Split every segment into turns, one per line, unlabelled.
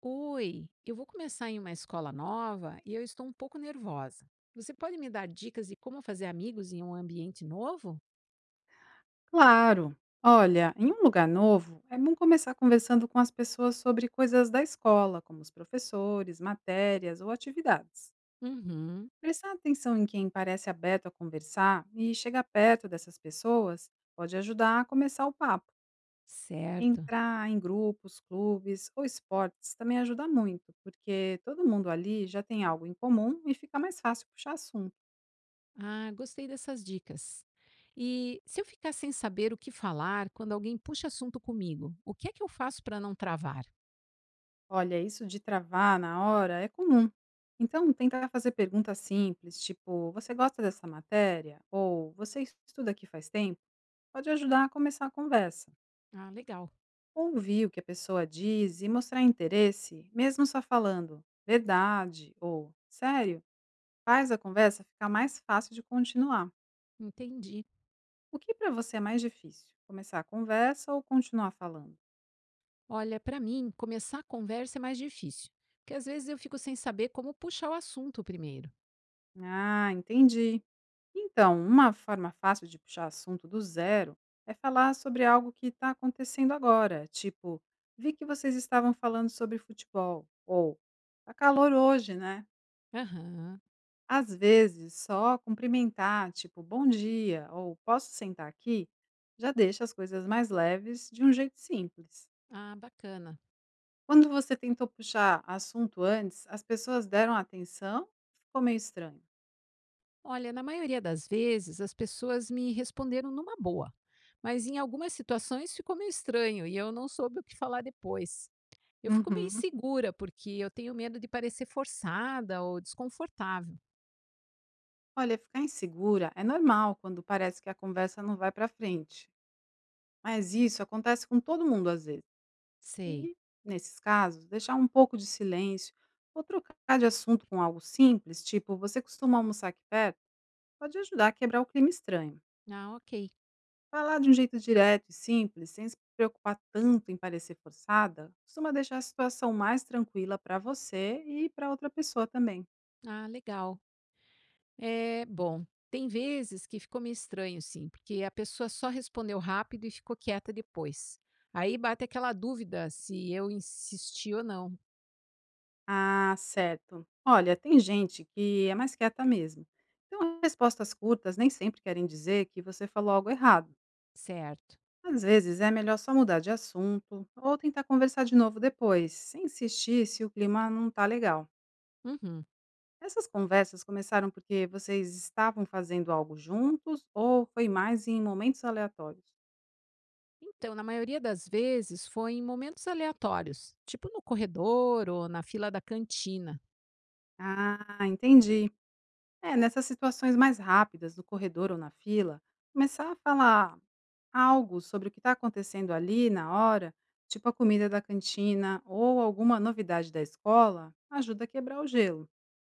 Oi, eu vou começar em uma escola nova e eu estou um pouco nervosa. Você pode me dar dicas de como fazer amigos em um ambiente novo?
Claro. Olha, em um lugar novo, é bom começar conversando com as pessoas sobre coisas da escola, como os professores, matérias ou atividades.
Uhum,
Prestar atenção em quem parece aberto a conversar e chegar perto dessas pessoas pode ajudar a começar o papo.
certo.
Entrar em grupos, clubes ou esportes também ajuda muito, porque todo mundo ali já tem algo em comum e fica mais fácil puxar assunto.
Ah, gostei dessas dicas. E se eu ficar sem saber o que falar quando alguém puxa assunto comigo, o que é que eu faço para não travar?
Olha, isso de travar na hora é comum. Então, tentar fazer perguntas simples, tipo, você gosta dessa matéria? Ou você estuda aqui faz tempo? Pode ajudar a começar a conversa.
Ah, legal,
Ouvir o que a pessoa diz e mostrar interesse, mesmo só falando verdade ou sério, faz a conversa ficar mais fácil de continuar.
entendi.
O que para você é mais difícil? Começar a conversa ou continuar falando?
Olha, para mim, começar a conversa é mais difícil, porque às vezes eu fico sem saber como puxar o assunto primeiro.
Ah, entendi. Então, uma forma fácil de puxar assunto do zero é falar sobre algo que está acontecendo agora, tipo, vi que vocês estavam falando sobre futebol, ou tá calor hoje, né?
Aham,
Às vezes, só cumprimentar, tipo, bom dia, ou posso sentar aqui, já deixa as coisas mais leves de um jeito simples.
ah, bacana.
Quando você tentou puxar assunto antes, as pessoas deram atenção, ficou meio estranho.
Olha, na maioria das vezes as pessoas me responderam numa boa, mas em algumas situações ficou meio estranho e eu não soube o que falar depois. Eu fico meio
Uhum.
insegura porque eu tenho medo de parecer forçada ou desconfortável.
Olha, ficar insegura é normal quando parece que a conversa não vai para frente. Mas isso acontece com todo mundo às vezes.
Sei.
E, nesses casos, deixar um pouco de silêncio ou trocar de assunto com algo simples, tipo você costuma almoçar aqui perto, pode ajudar a quebrar o clima estranho.
Ah, ok.
Falar de um jeito direto e simples, sem se preocupar tanto em parecer forçada, costuma deixar a situação mais tranquila para você e para outra pessoa também.
Ah, legal. É bom. Tem vezes que ficou meio estranho, sim, porque a pessoa só respondeu rápido e ficou quieta depois. Aí bate aquela dúvida se eu insisti ou não,
Ah, certo. Olha, tem gente que é mais quieta mesmo. Então, respostas curtas nem sempre querem dizer que você falou algo errado.
certo?
Às vezes é melhor só mudar de assunto ou tentar conversar de novo depois, sem insistir se o clima não tá legal.
Uhum.
Essas conversas começaram porque vocês estavam fazendo algo juntos ou foi mais em momentos aleatórios?
Então, na maioria das vezes, foi em momentos aleatórios, tipo no corredor ou na fila da cantina.
Ah, entendi. É, nessas situações mais rápidas, no corredor ou na fila, começar a falar algo sobre o que está acontecendo ali na hora, tipo a comida da cantina ou alguma novidade da escola, ajuda a quebrar o gelo.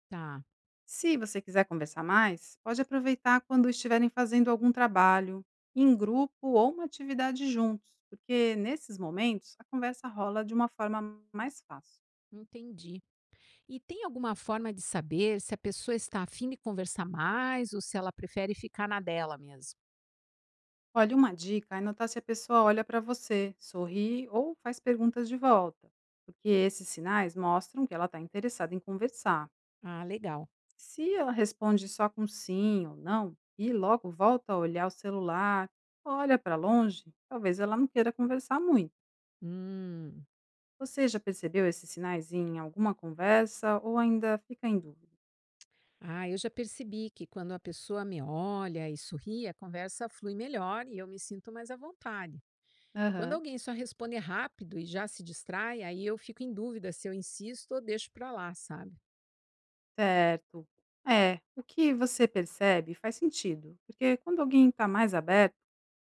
Tá,
Se você quiser conversar mais, pode aproveitar quando estiverem fazendo algum trabalho, em grupo ou uma atividade juntos, porque nesses momentos a conversa rola de uma forma mais fácil.
entendi. E tem alguma forma de saber se a pessoa está afim de conversar mais ou se ela prefere ficar na dela mesmo?
Olha, uma dica é notar se a pessoa olha para você, sorri ou faz perguntas de volta, porque esses sinais mostram que ela está interessada em conversar.
Ah, legal.
Se ela responde só com sim ou não e logo volta a olhar o celular, olha para longe, talvez ela não queira conversar muito.
Hum.
Você já percebeu esses sinais em alguma conversa ou ainda fica em dúvida?
Ah, eu já percebi que quando a pessoa me olha e sorri, a conversa flui melhor e eu me sinto mais à vontade. Quando
Aham.
alguém só responde rápido e já se distrai, aí eu fico em dúvida se eu insisto ou deixo para lá, sabe?
Certo. É, o que você percebe faz sentido, porque quando alguém está mais aberto,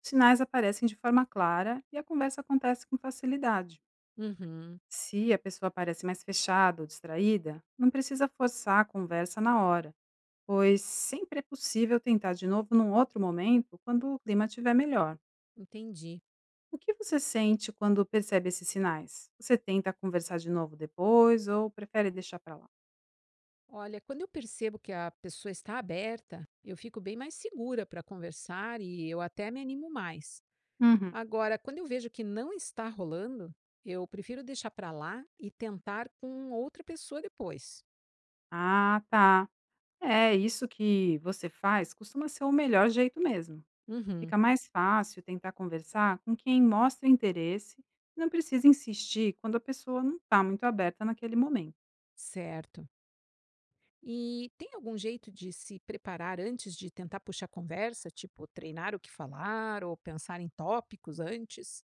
os sinais aparecem de forma clara e a conversa acontece com facilidade.
Uhum.
Se a pessoa parece mais fechada ou distraída, não precisa forçar a conversa na hora, pois sempre é possível tentar de novo num outro momento quando o clima estiver melhor.
Entendi.
O que você sente quando percebe esses sinais? Você tenta conversar de novo depois ou prefere deixar para lá?
Olha, quando eu percebo que a pessoa está aberta, eu fico bem mais segura para conversar e eu até me animo mais.
Uhum.
Agora, quando eu vejo que não está rolando, eu prefiro deixar para lá e tentar com outra pessoa depois.
Ah, tá. É, isso que você faz costuma ser o melhor jeito mesmo.
Uhum,
Fica mais fácil tentar conversar com quem mostra interesse e não precisa insistir quando a pessoa não está muito aberta naquele momento.
certo. E tem algum jeito de se preparar antes de tentar puxar conversa, tipo treinar o que falar ou pensar em tópicos antes?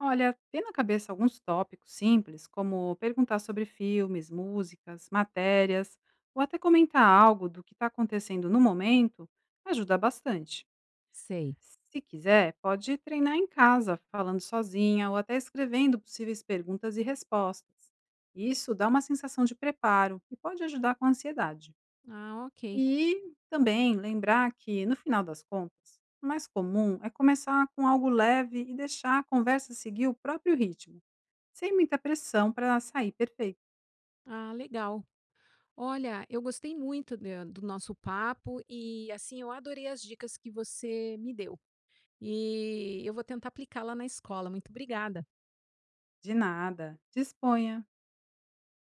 Olha, ter na cabeça alguns tópicos simples, como perguntar sobre filmes, músicas, matérias, ou até comentar algo do que está acontecendo no momento, ajuda bastante.
Sei.
Se quiser, pode treinar em casa, falando sozinha ou até escrevendo possíveis perguntas e respostas. Isso dá uma sensação de preparo e pode ajudar com a ansiedade.
Ah, ok.
E também lembrar que, no final das contas, o mais comum é começar com algo leve e deixar a conversa seguir o próprio ritmo. Sem muita pressão para sair perfeito.
Ah, legal. Olha, eu gostei muito da do nosso papo e, assim, eu adorei as dicas que você me deu. E eu vou tentar aplicar lá na escola. Muito obrigada.
De nada. Disponha.